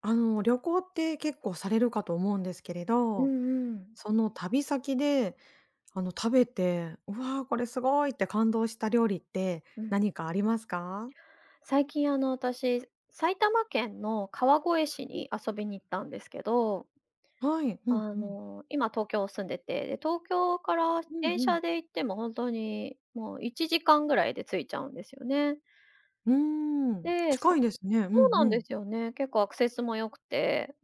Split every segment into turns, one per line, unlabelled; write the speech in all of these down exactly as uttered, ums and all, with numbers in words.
あの、旅行って結構されるかと思うんですけれ
うん
ど、
うん。
その旅先で、あの、食べて、「うわ、これすごい」って感動した料理って
うん。
何かありますか？
最近あの私、埼玉県の川越市
うん。
に遊びに行ったんですけど、
はい、うん
あ
うん。
の、今東京住んでて、で、東京から
うん
電
うん
車で行っても本当にもういちじかんぐらいで着いちゃうんですよね。
うーん、
で、
近
そ
いですね。うん
そうな
う
んで
ん。
すよね。結構アクセスも良くて、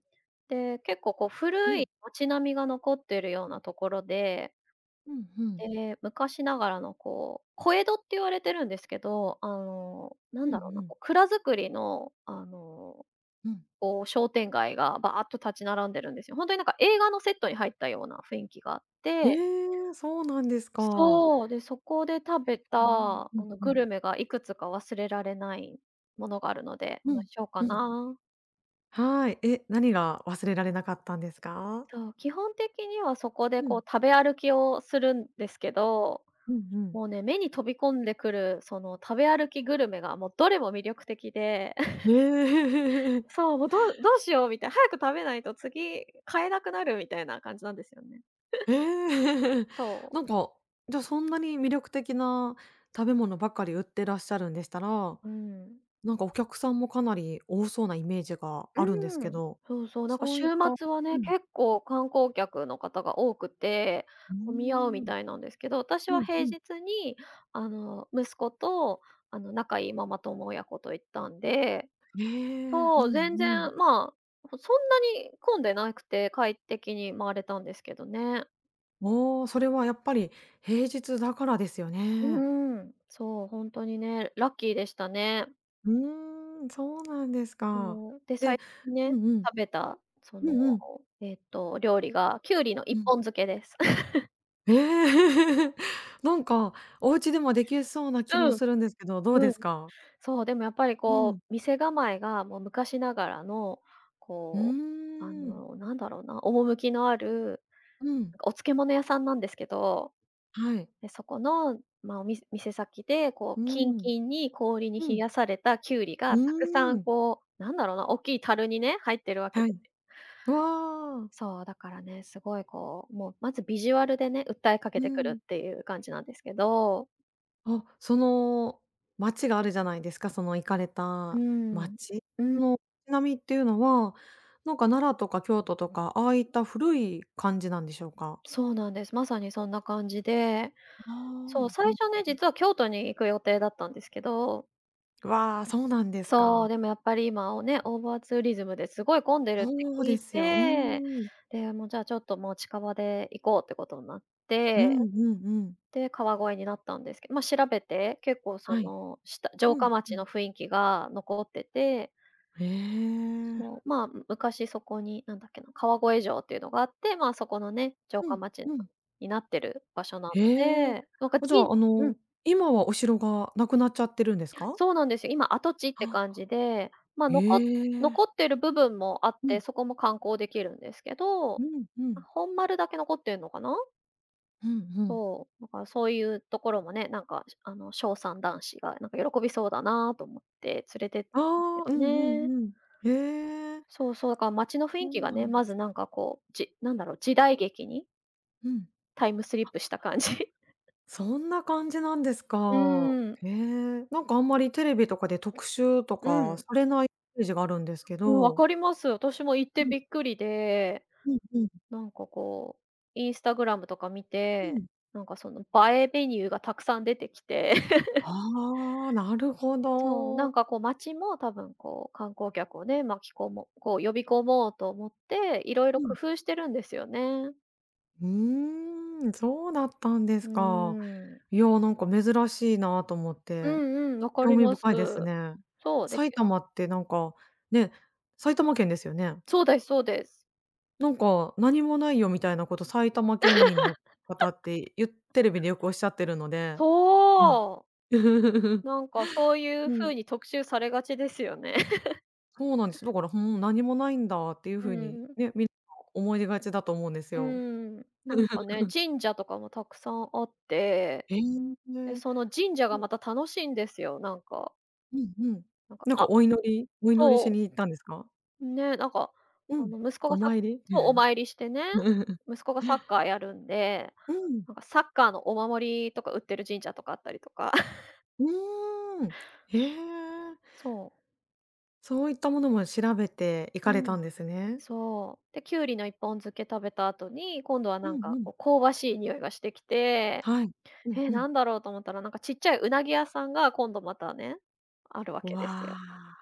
で、結構こう
う
古い
ん。
街並みが残ってるようなところで、
うんうん。
で、昔ながらのこう、小江戸って言われてるんですけど、あの、な
う
ん
んう
だろうな、
ん
こう蔵造りの、あの、
うん。
こう商店街がバーっと立ち並んでるんですよ。ほんとになんか映画のセットに入ったような雰囲気があっ
え
て、
え、そうなんですか。
そう、で、そこで食べ
うん、う
た、
ん
あ
うん
の、
う
グ
ん。
ルメがいくつか忘れられないものがあるので、お話しようか
うん。
な。
はい。え、何が忘れられなかったんですか？
そう、基本的にはそこで
う
こう
ん。
食べ歩きをするんですけど、
うんうん。
もうね、目に飛び込んでくる、その食べ歩きグルメが、もうどれも魅力的で、
ねえ。
そう、もうどうどうしようみたいな、早く食べないと次買えなくなるみたいな感じなんですよね。
ええ
そう。
なんか、じゃ、そんなに魅力的な食べ物ばっかり売ってらっしゃるんでしたら、
うん。
なんかお客さんもかなり多そうなイメージがあるんです
う
け
ん。
ど、
そうそう、なんか
そう
週
いったう
末はね、
ん、
結構観光客の方が多くて、
うー
混み合うみ
ん、
たいなんですけど、私
う
は
ん
平
うん。
日にあの、息子とあの、仲いいママ友親子と行ったんで、
ええ、うんう
そう、全
ん。
然、まあ、そんなに混んでなくて、快適に回れたんですけどね。
ああ、それはやっぱり平日だからですよ
う
ね。
ーん、そう、ほんとにね、ラッキーでしたね。
うーん、そうなんです
う
か。
ん、で、
で
最近ね、
うんうん。
食べた、そ
う
の、
んうん。
えっと、料理がきゅうりの
う
一
ん。
本漬けです。
ええ なんか、お家でもできそうな気も
うん、
するんですけど、どう
う
で
ん。
すか？
そう、でもやっぱり
うん。
こう、店構えがもう昔ながらの、
うー
こう、あ
ん。
の、なんだろうな、趣のある、
うん。
なんかお漬物屋さんなんですけど、
はい。
で、そこの、まあ、おみ店先で、こ
う
う、キン
ん。
キンに氷に
う
冷
ん。
やされたキュウリ
う
がたくさん、
ーん。
こう、なんだろうな、大きい樽にね、入ってるわけ
は
です
い。
よ。
わあ。
そう、だからね、すごいこう、もう、まずビジュアルでね、訴えかけ
う
てくる
ん。
っていう感じなんですけど。
あ、その街があるじゃないですか、その行かれ
う
た
ん。
街
うん、
の街並みっていうのは、なんか奈良とか京都とか、ああいった古い感じなんでしょうか？
そうなんです。まさにそんな感じで、
あ
そう、
あ、う
最
ん。
初ね、実は京都に行く予定だったんですけど、
わあ、そうなんです
そ
か。
う、でもやっぱり今をね、オーバーツーリズムですごい混んでるって
そう
聞い
ですよ。うー
て、
ん。
で、もうじゃあちょっともう近場で行こうってことになっ
う
て、
んうんうん。
で、川越になったんですけど、ま、調べて、結構そ
はい。
の、下城
う
下
んう
町
ん。
の雰囲気が残ってて、
へえ。
もう、まあ、昔そこに、なんだっけな、川越城っていうのがあって、まあ、そこのね、城
う
下
ん
町
うん。
になってる場所なの
へえ。
で、なんか
あ、じゃ
じ
あ、あ
う
の、
ん。
今はお城がなくなっちゃってるんですか？
そうなんですよ。今、跡地って感
あ。
じで、まあ、
え
のこ残っ
え。
てる部分もあっ
う
て、
ん
そこも観光できるんですけど、
うんう
ま
ん。
あ、本丸だけ残ってるのかな？
うんうん。
そう、だからそういうところもね、なんか、しあの、翔さん男子がなんか喜びそうだなと思って連れてった
あ
んですけ
あ、う
ど
んう
ね。
んうん。へえ。
そうそう、だから街の雰囲
そう
気が
な
ね、
んで
まず
す
な
か。
んかこう、じなんだろう、時代劇に
うん。
タイムスリップした感じ。
そんな感じなんです
う
か。
ーん、
へえ。なんかあんまりテレビとかで特集と
う
か
ん。
されないイメージがあるんですけ
うん、
ど。
かります。私も行って
うん
びっくりで、
うんうん
なんかこう、インスタグラムとか見
う
て、
ん。
なんかその映えメニューがたくさん出てきて、
ああ、なるほ
そう、な
ど。
んかこう町も多分こう観光客をね、巻き込もうこう呼び込もうと思って、いろいろ
う
工
ん。
夫してるんですよね。
うーん、そうだったんで
うー
すか。
ん。
いや、なんか珍しいなと思っ
う
て、
んうん、わか
興
り
味
ます。
深いですね。
そう、で、
埼玉ってなんか、ね、埼玉県ですよね？
そうですそうです。
なんか「何もないよ」みたいなこと埼玉県民の方ってゆテレビでよくおっしゃってるので、うん。
そう。なんかそういう
うん、
風に特集されがちですよね。
そうなんです。だから、ふーん、何もないんだっていう
う
風に
ん、
ね、みんな思い出がちだと思うんです
う
よ。
ん、なんかね、神社とかもたくさんあって、
へえ。
で、その神社がまた楽しいんですよ、なんか。
うんうん。
なんか、
なんか
あ、
お祈りお祈りし
そ
に行ったんですか？
う、ね、なんか、
う
あ
ん。
の、息子が
お
さ、
参り？う
そう、お参りしてね、息子がサッカーやるんで、
ん。
なんかサッカーのお守りとか売ってる神社とかあったりとか。
うーん。へえ。
そう。
そういったものも調べて行
う
かれた
ん、
んですね。
そう。で、きゅうりの一本漬け食べた後に、今度は
う
な
ん
んか、
うん。
こう、香ばしい匂いがしてきて、
はい。うん
え、
うん。
なんだろうと思ったら、なんかちっちゃいうなぎ屋さんが今度またね、あるわけです
わ
よ。
あ、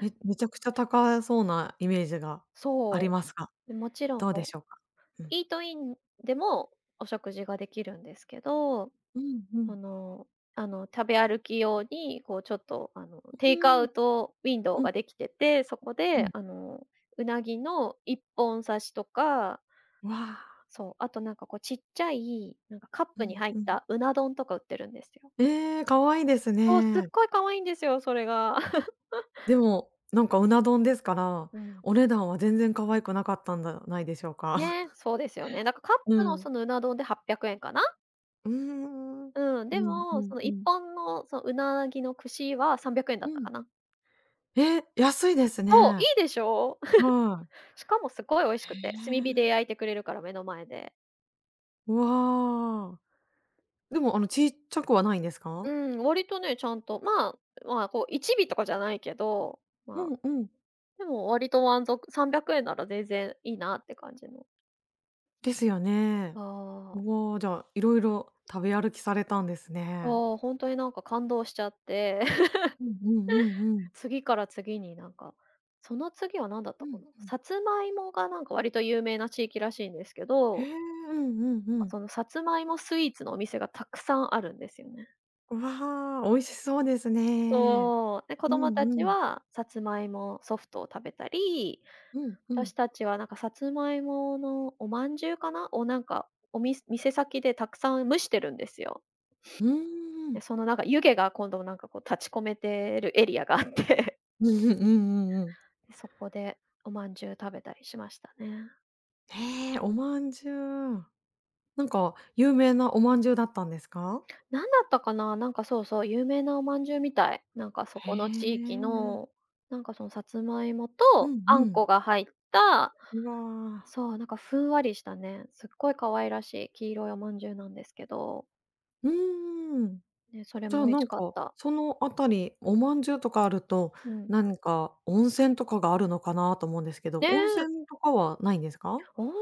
めめちゃくちゃ高そうなイメージがあり
そ
ますが、
う。で、もちろん
どうで
こう
しょうか？うん。
イートインでもお食事ができるんですけど、
うんうん。
あの、あの、食べ歩き用に、こう、ちょっと、あの、テ
う
イクア
ーん。
ウトウィンドウ
うん
ができてて、そこ
う
で、
ん。
あの、うなぎの一本刺しとか、
わあ。
そう、あとなんかこうちっちゃい、なんかカッ
う
プに
ん
入っ
うん。
たうな丼とか売ってるんですよ。
ええ、可愛いです
そう、すっ
ね。
ごい可愛いんですよ、それが。
でも、なんかうな丼ですから、
うん。
お値段は全然可愛くなかったんだないでしょうか？
ね、そうですよね。だかカッ
う
プの
ん。
そのうな丼ではっぴゃくえんかな。
うーん。うん
うん、
う
で
んう
も、
ん
その
う
一
ん。
本のそのうなぎの串はさんびゃくえんだっ
う
た
ん。
かな。
え、安いです
そう、い
ね。
いでしょう？
は
しかもすごい美味しくて、
い。え
炭火で焼いてくれるから、目の前で。
ーわあ。でもあのちっちゃくはないんです
う
か？
ん、割とね、ちゃんと、まあ、まあ、こういちび尾とかじゃないけど、
う
まあ、
んうん。
でも割と満足さんびゃくえんなら全然いいなって感じの。
ですよ
あ
ね。
あ、
わあ、じゃあ、いろいろ食べ歩きされたんですね。
そう、本当になんか感動しちゃって、
うんうんうんうん。
次から次になんか、その次は何だっ
う
たか
ん。
な、さつまいもがなんか割と有名な地域らしいんですけ
へ
ど、
え、うんうんうん。
そのさつまいもスイーツのお店がたくさんあるんですよね。
わあ、美味しそうですね。
そう。で、子
う
供
ん
たち
うん。
はさつまいもソフトを食べたり、
うんうん。
私たちはなんかさつまいものお饅頭かな？をなんか、おみ店先でたくさん蒸してるんですよ。
うー
で、
ん。
そのなんか湯気が今度なんかこう立ち込めてるエリアがあって、
うんうんうんうんうん。
で、そこでお饅頭食べたりしましたね。
へえ、お饅頭。なんか有名なお饅頭だったんですか？
なんだったかな？なんかそうそう、有名なお饅頭みたい。なんかそ
へ
この地域
え。
の、なんかそのさつまいも
う
と
ん
あ
う
ん
ん。
こが入った、
うわ。
そう、なんかふんわりしたね、すっごい可愛らしい黄色いお饅頭なんですけど、
うーん。
ね、それ
じゃ
も
あ、
美
な
味し
ん
かっ
か、
た。
そのあたり、お饅頭とかあると、
うん。
何か温泉とかがあるのかなと思うんですけど、
ね
温
え、
泉とかはないんですか？
温泉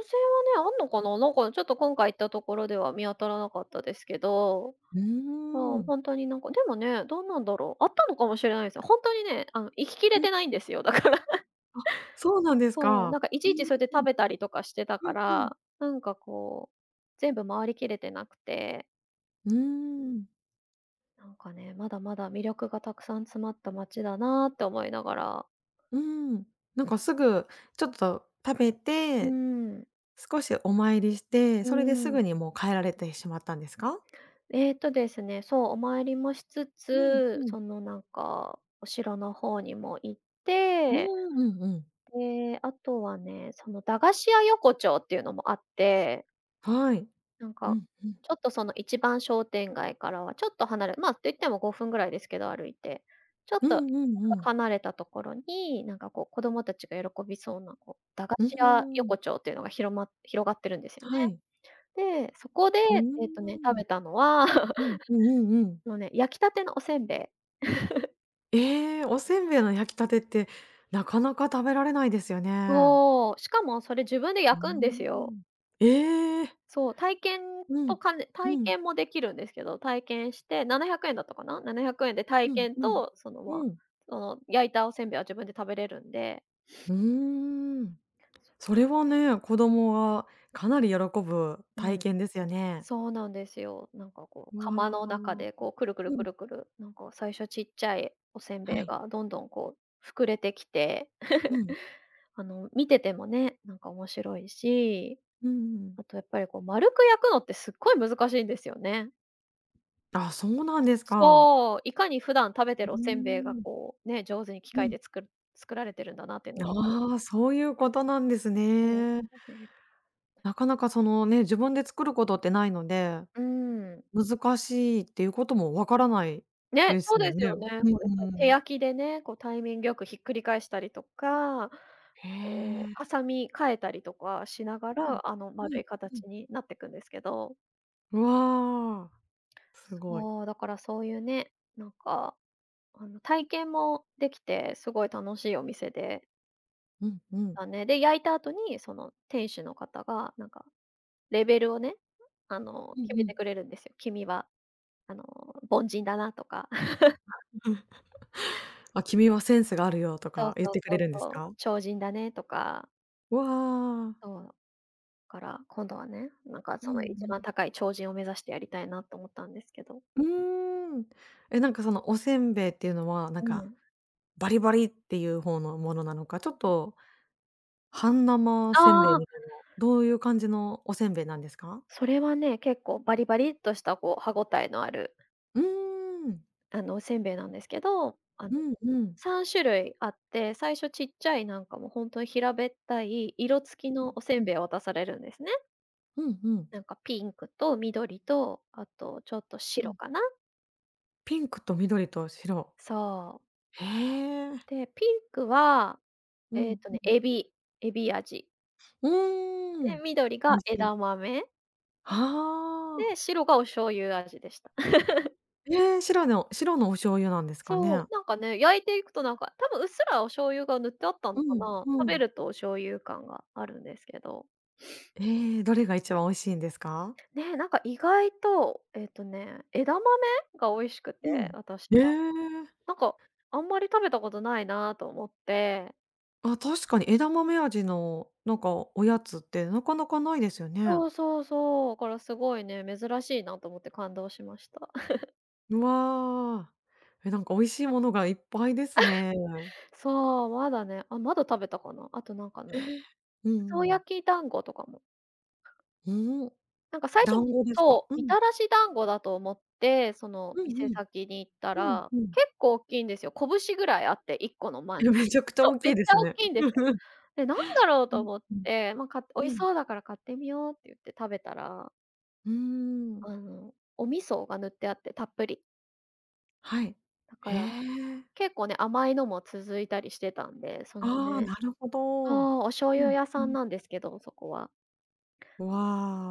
はね、あんのかな？なんかちょっと今回行ったところでは見当たらなかったですけど、
うー
そう、
ん。
ほんとになんか、でもね、どうなんだろう、あったのかもしれないですよ。ほんとにね、あの、行ききれ
うん、
てないんですよ、だから。
あ、そうなんです
そう、
か。
なんかい
う
ち
ー
いちそれで食
ん。
べたりとかしてた
う
か
んうん。
ら、なんかこう、全部回りきれてなくて、
うーん。
なんかね、まだまだ魅力がたくさん詰まった街だなって思いながら、
うん。なんかすぐちょっと食べ
う
て、
ん、
少しお参りして、
う
それです
ん。
ぐにもう帰られてしまったんですか？
ええとですね、そう、お参りもしつ
うん
つ、
うん。
そのなんか、お城の方にも行っ
う
て、
んうんうん。
で、あとはね、その駄菓子屋横丁っていうのもあって、
はい。
なん
う
か、
んうん。
ちょっとその一番商店街からはちょっと離れまあ、と言ってもごふんぐらいですけど、歩いて。ちょっ
う
と
んうんうん。
離れたところに、なんかこう子供たちが喜びそうな、こう、駄菓
う
子
ふ
屋
ん。
横丁っていうのが広ま広がってるんですよ
は
ね。
い。
で、そこで、
うー
えっとね、食
ん。
べたのは
うんうんうんうん。
もうね、焼きたてのおせんべい。
ええ、おせんべいの焼きたてってなかなか食べられないですよね。
そう、しかもそれ自分で
うー
焼くんですよ。
ん。ええ。
そう、体験
う
と
ん。
かね、体
うん。
験もできるんですけど、体験してななひゃくえんだったかな、ななひゃくえんで体
うん
験
うん。
と、その、まあ、
うん。
その焼いたおせんべいは自分で食べれるんで。
うーん。それはね、子供はかなり喜ぶ
う
体
ん、
験ですよね。
そうなんですよ。なんかこう、
う
釜の中
わ。
でこうくるくる
う
く
ん、
るくる、なんか最初ちっちゃいおせん
は
べい
い。
がどんどんこう膨れてきて、
うん。
あの、見ててもね、なんか面白いし、
うんうん。
あとやっぱりこう丸く焼くのってすっごい難しいんですよね。
あ、そうなんですか。
そう、いかに普段食べてるお
うー
せんべいが
ん。
こう、ね、上手に機
う
械
ん。
で作る作られてるんだなっていうのが分かる。
ああ、そういうことなんです
そ
ね。
う、ね。
なかなかそのね、自分で作ることってないので、
うーん。
難しいっていうこともわからない
ね、
で
そう
すも
で
ん
す
ね。
よね。
うん
こうやっぱり手
うん。
焼きでね、こうタイミングよくひっくり返したりとか、
へ
こう
え。
ハサミ変えたりとかしなが
うん。
ら、あの
う
丸
ん、
い
う
形
ん。
になってくんですけど。
わあ、すごい。
そう、だからそういうね、なんかあの体験もできて、すごい楽しいお店で
うんうん。
だね。で、焼いた後に、その店主の方が、なんか、レベルをね、あの、
うん
決
う
め
ん。
てくれるんですよ。君は、あの、凡人だなとか、
あ、君はセンスがあるよと
そう
か言っ
そう
てく
そ
れ
う
るんです
そう、
か？
超人だねとか、
わあ。
そう、から、今度はね、なんか、
うん
そ
う
の一番
ん
高い超人を目指してやりたいなと思ったんですけど。
うーん。え、なんかそのおせんべいっていうのは、な
う
んか
ん。
バリバリっていう方のものなのか、ちょっと半生
あ
せんべい
あ、
みたいな、どういう感じのおせんべいなんですか？
それはね、結構バリバリっとした、こう、歯応えのある、
うーん。
あの、おせんべいなんですけど、あの
うんうん。
さん種類あって、最初ちっちゃいなんかもうほんとに平べったい色付きのおせ
う
ん
ん。
べいを渡されるんですね。
うんうん。
なんかピンクと緑と、あとちょっと
う
白
ん。
かな。
ピンクと緑と白。
そう。
へえ。
で、ピンクは、
う
えっ
ん。
とね、エビエビ味。
うん。うー
で、
ん。
緑
美
が
味しい。
枝豆。
はあ。
で、白がお醤油味でした。
ええ、白の白のお醤油なんですか
そう、
ね？
なんかね、焼いていくとなんか、多分うっすらお醤油が塗ってあったの
う
か
ん、
な。
う
食べ
ん。
るとお醤油感があるんですけど。
ええ、どれが一番美味しいんですか？
ね、なんか意外と、えっとね、枝豆が美味しく
う
て、
ん。
私
え
は。
え。
なんか、あんまり食べたことないなと思って。
あ、確かに枝豆味の、なんかおやつってなかなかないですよね。
そうそうそう、からすごいね、珍しいなと思って感動しました。
うわ。え、なんか美味しいものがいっぱいですね。
そう、まだね、あ、まだ食べたかな。あとなんかね、
う
磯
んうん。
焼き団子とかも。
うん、
なんか最初
団子ですか？
そう、
う
み
ん。
たらし団子だと思って、その
うんう
店
ん。
先に行った
うん
ら、
うん。
結構大きいんですよ。拳ぐらいあって、いっこのまん
え、めちゃくちゃ
そう、
大
め
き
っ
い
ち
で
ゃ
す
大
ね。
きいんですよ。
うん
で、なんだろうと思っ
うん。
て、まあ、買って美味し
うん。
そうだから買ってみようって言って食べたら、
うーん、
あの、お味噌が塗ってあって、たっぷり。
はい。
だか
へ
ら、
え。
結構ね、甘いのも続いたりしてたんで、その
ああ、
ね、
なるほ
そ
ど。
う、お醤
う
油
ん
屋
う
さん
ん。
なんですけど、そこは。
わ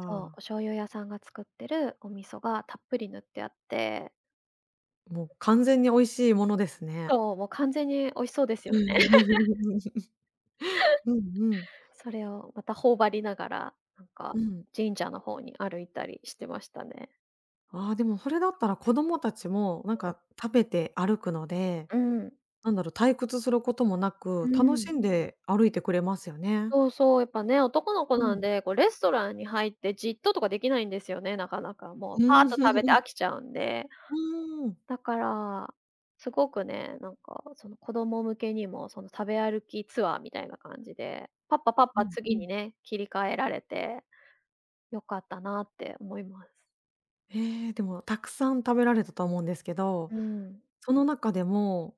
そう、お醤油屋さんが作ってるお味噌がたっぷり塗ってあって、
もう完全に美味しいものですね。
そう、もう完全に美味しそうですよ
う
ね。
ん うん。
それをまた頬張りながら、なんか、
うん。
神社の方に歩いたりしてましたね。
ああ、でもそれだったら子供たちもなんか食べて歩くので、
うん。
なんだろう、退屈することもな
う
く、楽
ん。
しんで歩いてくれますよね。
そうそう、やっぱね、男の子
う
なん
ん。
で、こうレストランに入ってじっととかできないんですよね、なかなか。もう
う
パーッ
ー
と食べて飽
ん。
きちゃうんで。
うーん。
だから、すごくね、なんかその子供向けにも、その食べ歩きツアーみたいな感じで、パッパパッ
う
パ
んう
次に
ん。
ね、切り替えられて良かったなって思います。
ええ、でもたくさん食べられたと思うんですけど、
うん。
その中でも、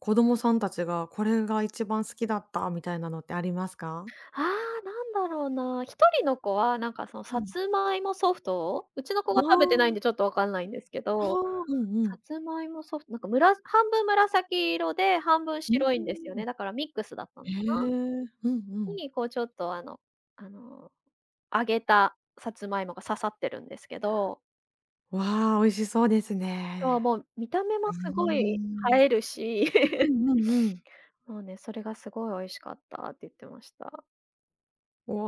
子供さんたちがこれが一番好きだったみたいなのってありますか？
ああ、なんだろうな。一人の子はなんかその
う
さ
ん。
つまいもソフトを、うちの子
あ
が食べてない
あ、
んでちょっとわかんないんですけ
ああ、
ど、
うんう
さ
ん。
つまいもソフト、なんかむら半分紫色で、半分
うー
白いんですよ
ん。
ね。だからミックスだったの
へえ、
か
うんう
な。
ん。
に、こうちょっとあのあの、揚げたさつまいもが刺さってるんですけど、
わあ、美味しそうです
そう、
ね。
もう見た目も
うー
すごい
ん。
映えるし
う んうんうん。
もうね、それがすごい美味しかったって言ってました。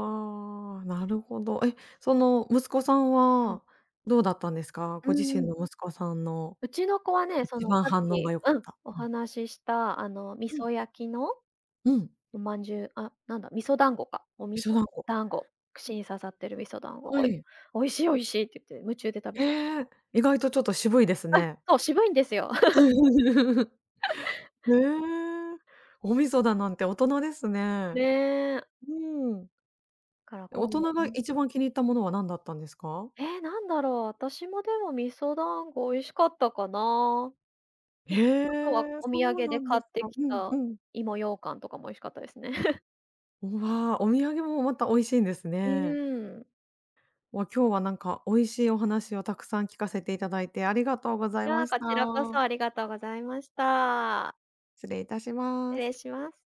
わあ、なるほど。え、その息子さん
うん。
はどうだったんですか？
う
ご自
ん
身
うん。
の息子さんの
うちの子はね、そ
一
の
番
さっ
反応
き
が良か
う
っ
ん、
た。
お
うん、
話ししたあの味
うん、
噌焼きの
うん。
お饅頭、あ、なんだ、味噌団子か。お味
一緒
噌
だんこ、
団子、串に刺さってる味噌団子、
は
おい
い。
「美味しい、美味しい」って言って夢中で食べ
へえ、意外とちょっと渋いです
あ、
ね。
そう、渋いんですよ。
へえ、お味噌だなんて大人ですね。
ねえ。
うん。
から
大
今度
人が一番気に入ったものは何だったんですか？
ねえ、なんだろう、私もでも味噌団子美味しかったかな。
へ
あとは
え、
お土
そう
産で
なん
買
で
っ
す
て
か。
き
うん
た
うん。
芋羊羹とかも美味しかったですね。
うわ、お土産もまた美味しいんです
う
ね。
ーん。
わ、今日はなんか美味しいお話をたくさん聞かせていただいてありがとうござ
い
いま
や、
し
こちらこそ
た。
ありがとうございました。
失礼いたし
失
ま
礼
す。
します。